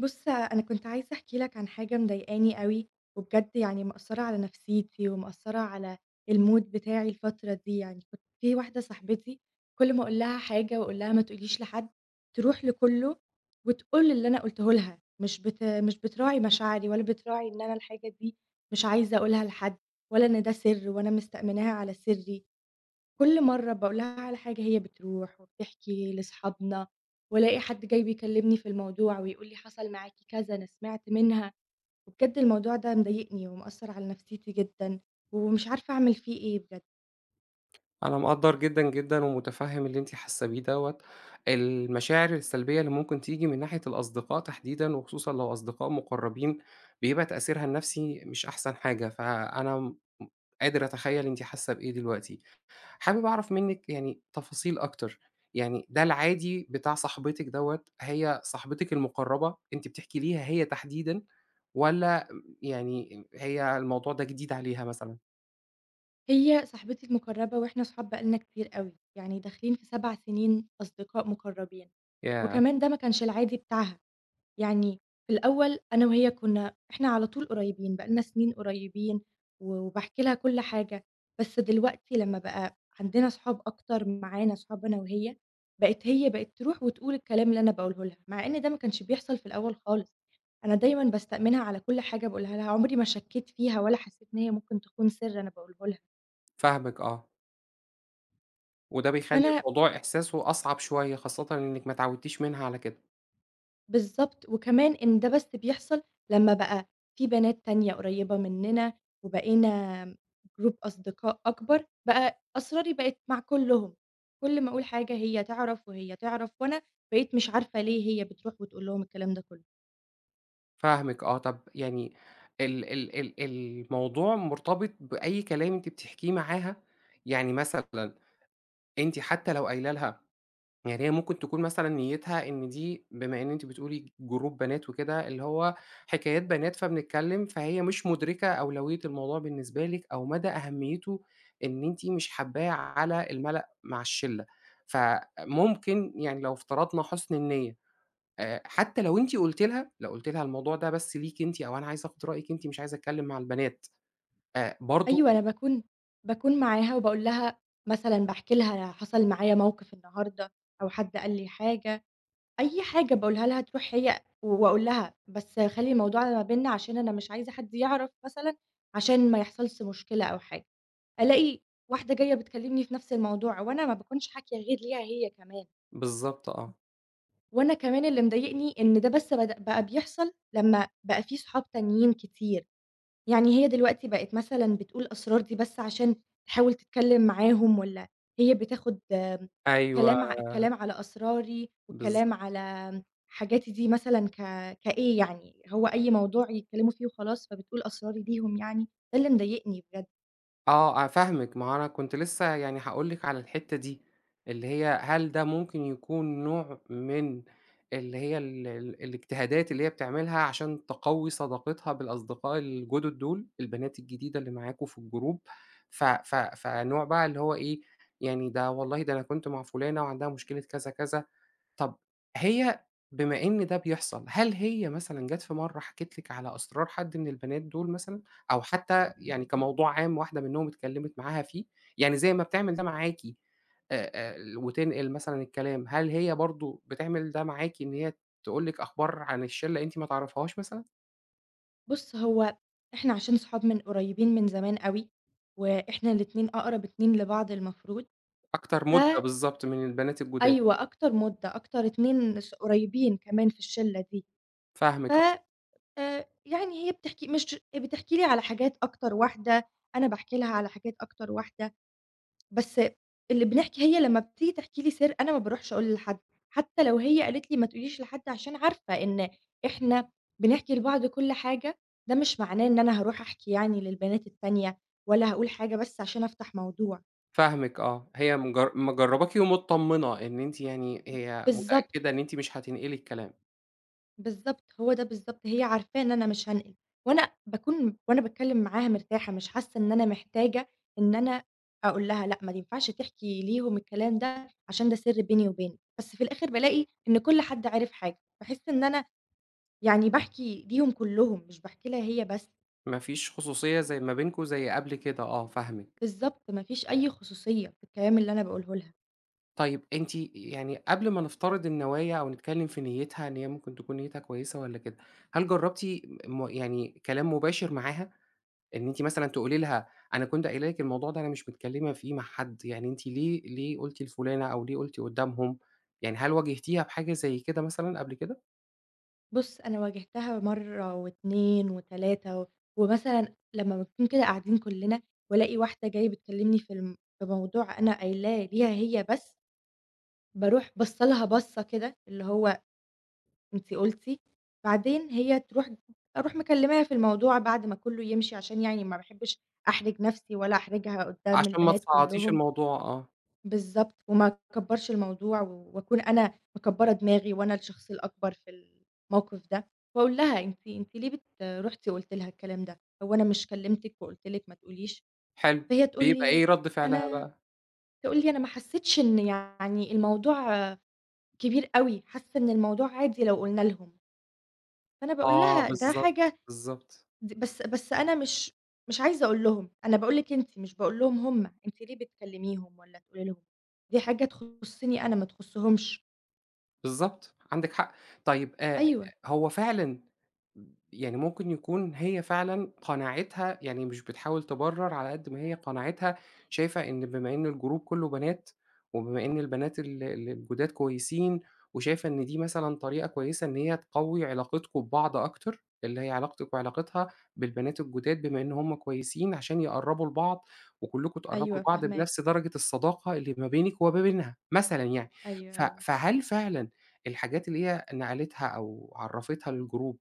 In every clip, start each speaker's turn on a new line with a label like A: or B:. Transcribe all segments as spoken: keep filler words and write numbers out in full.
A: بُص، أنا كنت عايزة أحكي لك عن حاجة مضايقاني أوي، وبجد يعني مأثّرة على نفسيتي، ومأثّرة على الmood بتاعي الفترة دي يعني. كنت في واحدة صاحبتي كل ما أقول لها حاجة وأقول لها ما تقوليش لحد، تروح لكُلّه وتقول اللي أنا قُلته لها، مش بت مش بتراعي مشاعري، ولا بتراعي إن أنا الحاجة دي مش عايزة أقولها لحد، ولا إن ده سِر وأنا مستأمناها على سِرّي. كل مرّة باقول لها على حاجة هي بتروح وبتحكي لأصحابنا، والاقي حد جاي بيكلمني في الموضوع ويقول لي حصل معاكِ كذا، أنا سمعت منها، وبجد الموضوع ده مضايقني ومأثّر على نفسيتي جدًا، ومش عارفة أعمل فيه إيه بجد.
B: أنا مقدّر جدًا، جدًا ومُتفهِّم اللي أنتِ حاسة بيه دوّة. المشاعر السلبية اللي ممكن تيجي من ناحية الأصدقاء تحديدًا وخصوصًا لو أصدقاء مُقرّبين، بيبقى تأثيرها النفسي مش أحسن حاجة، فأنا م قادر أتخيّل أنتِ حاسة بإيه دلوقتي. حابب أعرف منِّك يعني تفاصيل أكتر، يعني ده العادي بتاع صاحبتِك دوّة، هي صاحبتِك المُقرّبة أنتِ بتحكي ليها هي تحديدًا والّا يعني هي الموضوع ده جديد عليها مثلًا؟
A: هي صاحبتي المقربة وإحنا صحاب بقى لنا كتير أوي، يعني داخلين في 7 سنين أصدقاء مقربين،
B: ياه!
A: وكمان ده ما كانش العادي بتاعها. يعني في الأول أنا وهي كنا إحنا على طول قريبين، بقى لنا سنين قريبين، و وباحكي لها كل حاجة، بس دلوقتي لمّا بقى عندنا صحاب أكتر معانا صحاب أنا وهي، بقت هي بقت تروح وتقول الكلام اللي أنا باقوله لها، مع إن ده ما كانش بيحصل في الأول خالص، أنا دايمًا باستأمنها على كل حاجة باقولها لها، عمري ما شكيت فيها ولا حسيت إن هي ممكن تخون سر أنا باقوله لها،
B: فاهمِك آه. وده بيخلّي
A: فأنا
B: الموضوع إحساسه أصعب شوية، خاصةً إنِّك ما اتعودتيش منها على كده.
A: بالضبط، وكمان إن ده بس بيحصل لمّا بقى في بنات تانية قريّبة مننا وبقينا group أصدقاء أكبر، بقى أسراري بقت مع كلّهم، كل ما أقول حاجة هي تعرف وهي تعرف، وأنا بقيت مش عارفة ليه هي بتروح وتقول لهم الكلام ده كلّه.
B: فاهمِك آه، طَب يعني ال ال ال الموضوع مرتبط بأي كلام أنتِ بتحكيه معاها؟ يعني مثلًا أنتِ حتى لو قايلة لها يعني هي ممكن تكون مثلًا نيّتها إن دي بما إن أنتِ بتقولي جروب بنات وكده، اللي هو حكايات بنات فبنتكلّم، فهي مش مُدركة أولوية الموضوع بالنسبة لِك أو مدى أهميته إن أنتِ مش حاباه على المَلأ مع الشِلّة. فممكن يعني لو افترضنا حُسن النيّة، آآ حتّى لو أنتِ قُلتِ لها لو قُلتِ لها الموضوع ده بس ليكِ أنتِ أو أنا عايزة آخُد رأيِك أنتِ مش عايزة أتكلّم مع البنات، آآ برضه
A: أيوه، أنا باكون باكون معاها وباقول لها مثلًا باحكي لها حصل معايا موقف النهارده أو حد قال لي حاجة. أي حاجة باقولها لها تروح هي وأقول لها، بس خلّي الموضوع ما بيننا عشان أنا مش عايزة حد يعرف مثلًا، عشان ما يحصلش مشكلة أو حاجة، ألاقي واحدة جاية بتكلمني في نفس الموضوع، وأنا ما باكونش حاكية غير ليها هي كمان،
B: بالضبط آه.
A: وأنا كمان اللي مضايقني إن ده بس بد بقى بيحصل لمّا بقى في صحاب تانيين كتير. يعني هي دلوقتي بقت مثلًا بتقول أسرار دي بس عشان تحاول تتكلّم معاهم والّا هي بتاخد آمم
B: أيوه،
A: كلام ع الكلام على أسراري
B: بالض
A: والكلام على حاجاتي دي مثلًا ك كإيه يعني، هو أي موضوع يتكلّموا فيه وخلاص فبتقول أسراري ليهم يعني؟ ده اللي مضايقني بجد.
B: آه، أنا فاهمِك، ما هو أنا كنت لسه يعني هاقول لِك على الحتّة دي، اللي هي هل ده ممكن يكون نوع من اللي هي ال ال الاجتهادات اللي هي بتعملها عشان تقوّي صداقتها بالأصدقاء الجدد دول، البنات الجديدة اللي معاكم في الجروب، ف ف فنوع بقى اللي هو إيه، يعني ده والله ده أنا كنت مع فلانة وعندها مشكلة كذا، كذا. طب هي بما إن ده بيحصل، هل هي مثلًا جات في مرّة حكِت لِك على أسرار حد من البنات دول مثلًا، أو حتى يعني كموضوع عام واحدة منهم اتكلّمت معاها فيه؟ يعني زي ما بتعمل ده معاكِ آآ، آآ، وتنقل مثلًا الكلام، هل هي برضه بتعمل ده معاكِ إن هي تقول لِك أخبار عن الشلة أنتِ ما تعرفيهاش مثلًا؟
A: بُص، هو إحنا عشان صحاب من قريبين من زمان أوي، وإحنا الاتنين أقرب اتنين لبعض المفروض،
B: أكتر مدة بالضبط من البنات الجداد،
A: فأيوه أكتر مُدّة، أكتر اتنين ص قريبين كمان في الشِلّة دي، ف
B: فاهمِك آه،
A: آآ، يعني هي بتحكي مش بتحكي لي على حاجات أكتر واحدة، أنا باحكي لها على حاجات أكتر واحدة، بس اللي بنحكي هي لمّا بتيجي تحكي لي سِر أنا ما باروحش أقوله لحد، حتى لو هي قالت لي ما تقوليش لحد عشان عارفة إن إحنا بنحكي لبعض كل حاجة، ده مش معناه إن أنا هاروح أحكي يعني للبنات التانية، ولا هاقول حاجة بس عشان أفتح موضوع.
B: فاهمِك آه، هي مجر مجرّباكِ ومتطمنة إن أنتِ يعني هي
A: بالضبط.
B: متأكدة إن أنتِ مش هتنقلي الكلام.
A: بالضبط، هو ده بالضبط، هي عارفاه إن أنا مش هانقل، وأنا باكون وأنا باتكلّم معاها مرتاحة، مش حاسة إن أنا محتاجة إن أنا أقول لها لأ، ما ينفعش تحكي ليهم الكلام ده عشان ده سِر بيني وبينِك، بس في الآخر بالاقي إن كل حد عرف حاجة، باحس إن أنا يعني باحكي ليهم كلّهم، مش باحكي لها هي بس،
B: ما فيش خصوصية زي ما بينكم زي قبل كده آه، فاهمِك.
A: بالضبط، ما فيش أي خصوصية في الكلام اللي أنا باقوله لها.
B: طيب أنتِ يعني قبل ما نفترض النوايا أو نتكلّم في نيّتها إن هي ممكن تكون نيّتها كويسة والّا كده، هل جرّبتِ م يعني كلام مباشر معاها؟ إن أنتِ مثلًا تقولي لها أنا كنت قايله لِك الموضوع ده أنا مش متكلّمة فيه مع حد، يعني أنتِ ليه ليه قُلتِ لفُلانة أو ليه قُلتِ قُدّامهم؟ يعني هل واجهتيها بحاجة زي كده مثلًا قبل كده؟
A: بُص، أنا واجهتها مرّة و2 و3 ومثلًا لمّا بنكون كده قاعدين كُلّنا والاقي واحدة جاية بتكلّمني في الم في موضوع أنا قايلاه ليها هي بس، باروح باصّة لها بَصّة كده اللي هو أنتِ قُلتِ، بعدين هي تروح أروح مكلّماها في الموضوع بعد ما كُلّه يمشي عشان يعني ما باحبّش أحرج نَفْسي ولا أحرجها قُدّام
B: عشان ما
A: البنات
B: تصعّطيش
A: كُلّهم.
B: الموضوع آه،
A: بالضبط، وما أكبّرش الموضوع و- وأكون أنا مكبّرة دماغي وأنا الشخص الأكبر في الموقف ده، وأقول لها: "أنتِ أنتِ ليه بت رُحتِ وقُلتِ لها الكلام ده؟ هو أنا مش كلمتِك وقُلت لِك ما تقوليش؟"
B: حلو.
A: فهي تقول
B: بيبقى
A: لي:
B: إيه رَد فعلها
A: "أنا"
B: بقى؟
A: تقول لي: "أنا ما حسّيتش إن يعني الموضوع كبير أوي، حاسّة إن الموضوع عادي لو قُلنا لهم." فأنا باقول
B: آه،
A: لها: "ده
B: بالضبط،
A: حاجة
B: بالضبط.
A: د بس بس أنا مش مش عايزة أقول لهم، أنا باقول لِك أنتِ مش باقول لهم هم، أنتِ ليه بتكلميهم والّا تقولي لهم؟ دي حاجة تخُصّني أنا ما تخُصّهمش."
B: بالضبط، عندِك حق. طيب آآ،
A: أيوه،
B: هو فعلًا يعني ممكن يكون هي فعلًا قناعتها يعني مش بتحاول تبرر على قد ما هي قناعتها شايفة إن بما إن الجروب كلّه بنات، وبما إن البنات ال ال الجُداد كويسين، وشايفة إن دي مثلًا طريقة كويسة إن هي تقوي علاقتكم ببعض أكتر، اللي هي علاقتِك وعلاقتها بالبنات الجُداد بما إن هُم كويسين عشان يقرّبوا لبعض، وكلّكم تقرّبوا
A: أيوه
B: لبعض
A: فاهماك،
B: بنفس درجة الصداقة اللي ما بينِك وما بينها مثلًا يعني.
A: أيوه،
B: ف
A: أيوه.
B: فهل فعلًا الحاجات اللي هي نقلتها أو عرّفتها للجروب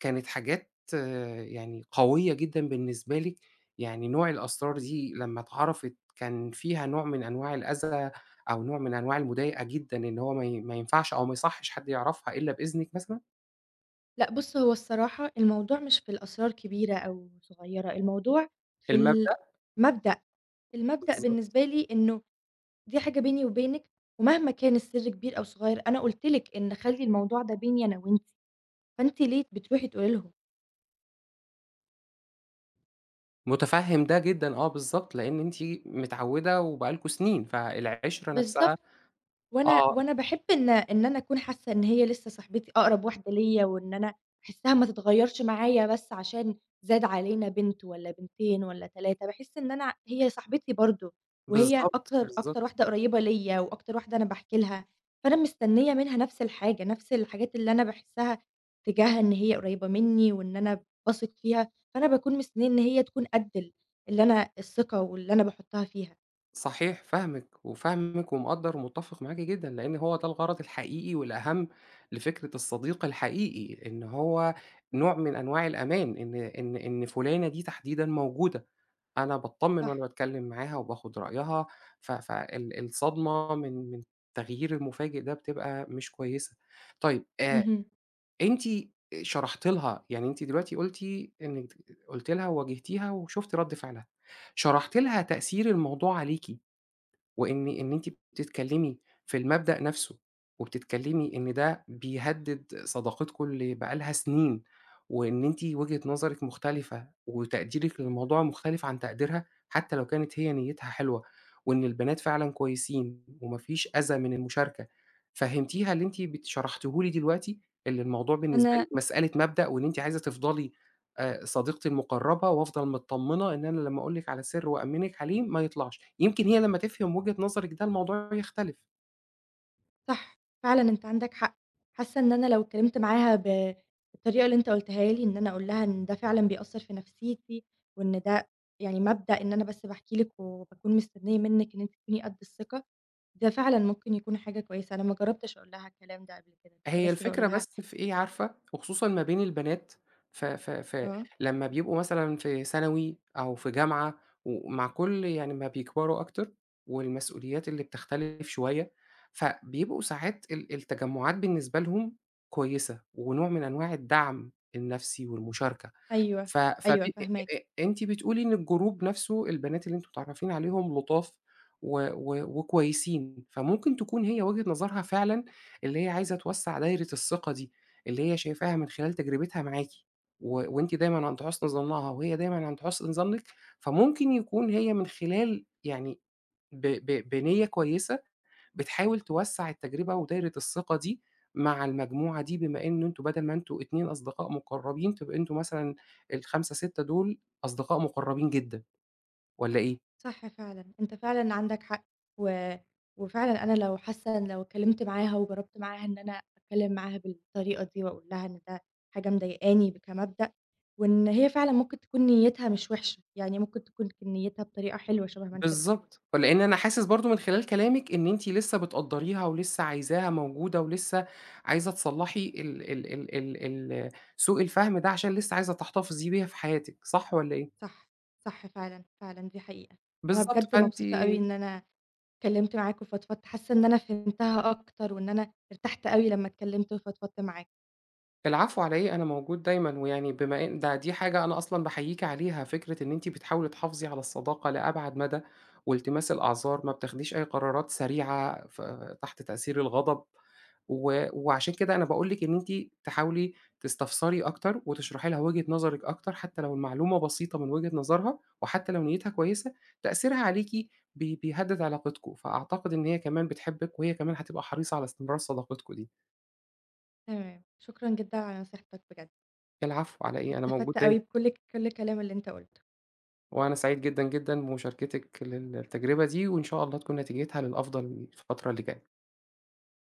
B: كانت حاجات آه، يعني قوية جدًا بالنسبة لِك، يعني نوع الأسرار دي لمّا اتعرفت كان فيها نوع من أنواع الأذى أو نوع من أنواع المضايقة جدًا إن هو ما ي ما ينفعش أو ما يصحّش حد يعرفها إلا بإذنِك مثلًا؟
A: لأ بُص هو الصراحة الموضوع مش في الأسرار كبيرة أو صغيّرة، الموضوع في
B: المبدأ
A: المبدأ، المبدأ
B: بالضبط،
A: بالنسبة لي إنه دي حاجة بيني وبينِك، ومهما كان السر كبير أو صغيّر أنا قُلت لِك إن خلّي الموضوع ده بيني أنا وأنتِ، فأنتِ ليه بتروحي تقولي لهم؟
B: مُتفهِّم ده جدًا آه بالضبط، لإن أنتِ متعوّدة وبقى لكم سنين، فالعِشرة نَفْسها
A: بالضبط. وأنا
B: آه،
A: وأنا باحب إن إن أنا أكون حاسة إن هي لسه صاحبتي أقرب واحدة ليّا، وإن أنا أحسها ما تتغيّرش معايا بس عشان زاد علينا بنت والّا بنتين والّا ثلاث باحس إن أنا هي صاحبتي برضه، وهي
B: بالضبط،
A: أكتر أكتر
B: بالضبط.
A: واحدة قريّبة ليّا، وأكتر واحدة أنا باحكي لها، فأنا مستنية منها نفس الحاجة، نفس الحاجات اللي أنا باحسها تجاهها إن هي قريّبة منّي، وإن أنا باثق فيها، فأنا باكون مستنية إن هي تكون قد ال اللي أنا الثقة واللي أنا باحطها فيها.
B: صحيح، فاهمِك، وفاهمِك ومقدّر ومتّفق معاكِ جدًا، لإن هو ده الغرض الحقيقي والأهم لفكرة الصديق الحقيقي، إن هو نوع من أنواع الأمان، إن إن إن فُلانة دي تحديدًا موجودة، أنا باتطمن وأنا
A: صح،
B: باتكلّم معاها وباخد رأيها، ف فال الصدمة من من التغيير المفاجئ ده بتبقى مش كويسة. طيب آآ،
A: اهم.
B: أنتِ شرحتِ لها، يعني أنتِ دلوقتي قُلتِ إنِّك قُلتِ لها وواجهتيها وشُفتِ رَد فعلها، شرحتِ لها تأثير الموضوع عليكِ. وإن إن أنتِ بتتكلّمي في المبدأ نَفْسه، وبتتكلّمي إن ده بيهدِّد صداقتكم اللي بقى لها سنين، وإن أنتِ وجهة نظرِك مختلفة، وتقديرِك للموضوع مختلف عن تقديرها، حتى لو كانت هي نيّتها حلوة، وإن البنات فعلًا كويسين وما فيش أذى من المشاركة. فهّمتيها اللي أنتِ بت شرحتيه لي دلوقتي، اللي الموضوع بالنسبة
A: أنا
B: لِك مسألة مبدأ وإن أنتِ عايزة تفضلي آآ صديقتي المقرّبة وأفضل متطمّنة إن أنا لمّا أقول لِك على سِر وأأمِّنِك عليه ما يطلعش، يمكن هي لمّا تفهم وجهة نظرِك ده الموضوع يختلف.
A: صح، فعلًا أنت عندك حق، حاسة إن أنا لو اتكلمت معاها ب بالطريقة اللي أنت قُلتها لي، إن أنا أقول لها إن ده فعلًا بيأثّر في نفسيتي، وإن ده يعني مبدأ إن أنا بس باحكي لِك وباكون مستنية منِّك إن أنتِ تكوني قد الثقة، ده فعلًا ممكن يكون حاجة كويسة، أنا ما جرّبتش أقول لها الكلام ده قبل كده، كنت
B: هي
A: بس باقول
B: الفكرة
A: لها
B: بس في إيه عارفة، وخصوصًا ما بين البنات ف ف ف
A: آه.
B: لمّا بيبقوا مثلًا في ثانوي أو في جامعة ومع كل يعني ما بيكبروا أكتر والمسؤوليات اللي بتختلف شوية، فبيبقوا ساعات ال التجمُّعات بالنسبة لهم كويسة ونوع من أنواع الدعم النفسي والمشاركة.
A: أيوه،
B: ف فب
A: أيوه
B: أ
A: فاهماك.
B: أ أنتِ بتقولي إن الجروب نفسه البنات اللي أنتم متعرّفين عليهم لطاف و و وكويسين، فممكن تكون هي وجهة نظرها فعلًا اللي هي عايزة توسّع دايرة الثقة دي، اللي هي شايفاها من خلال تجربتها معاكِ، و وأنتِ دايمًا عند حُسن ظنها وهي دايمًا عند حُسن ظنِّك، فممكن يكون هي من خلال يعني ب ب بنية كويسة بتحاول توسّع التجربة ودايرة الثقة دي مع المجموعة دي، بما إن أنتم بدل ما أنتم اتنين أصدقاء مُقرّبين، تبقى أنتم مثلًا الخمسة، ستة دول أصدقاء مُقرّبين جدًا والّا إيه؟
A: صح فعلًا، أنت فعلًا عندك حق، و وفعلًا أنا لو حاسة إن لو اتكلمت معاها وجربت معاها إن أنا أتكلم معاها بالطريقة دي، وأقول لها إن ده حاجة مضايقاني ب كمبدأ، وإن هي فعلًا ممكن تكون نيتها مش وحشة، يعني ممكن تكون ك نيتها بطريقة حلوة شبه ما أنت بتقول،
B: بالضبط، لإن أنا حاسس برضه من خلال كلامِك إن أنتِ لسه بتقدّريها ولسه عايزاها موجودة ولسه عايزة تصلّحي ال ال ال ال ال سوء الفهم ده عشان لسه عايزة تحتفظي بيها في حياتِك، صح والّا إيه؟
A: صح، صح فعلًا، فعلًا دي حقيقة. أنا
B: بالضبط،
A: بجد
B: فأنتِ
A: مبسوطة أوي إن أنا اتكلمت معاك وفضفضت، حاسة إن أنا فهمتها أكتر، وإن أنا ارتحت أوي لمّا اتكلمت وفضفضت معاك.
B: العفو على إيه، أنا موجود دايمًا، ويعني بما إن ده دي حاجة أنا أصلًا باحييكِ عليها، فكرة إن أنتِ بتحاولي تحافظي على الصداقة لأبعد مدى، والتماس الأعذار، ما بتاخديش أي قرارات سريعة ف تحت تأثير الغضب، و وعشان كده أنا باقول لِك إن أنتِ تحاولي تستفسري أكتر، وتشرحي لها وجهة نظرِك أكتر، حتى لو المعلومة بسيطة من وجهة نظرها، وحتى لو نيتها كويسة، تأثيرها عليكِ بي بيهدد علاقتكم، فأعتقد إن هي كمان بتحبِك، وهي كمان هتبقى حريصة على استمرار صداقتكم دي.
A: تمام، شكرًا جدًا على نصيحتك بجد.
B: العفو على إيه، أنا موجود
A: استفدت
B: دايمًا.
A: أوي بكل ك كل الكلام اللي أنت قُلته.
B: وأنا سعيد جدًا، جدًا بمشاركتِك للتجربة دي، وإن شاء الله تكون نتيجتها للأفضل الفترة اللي جاية.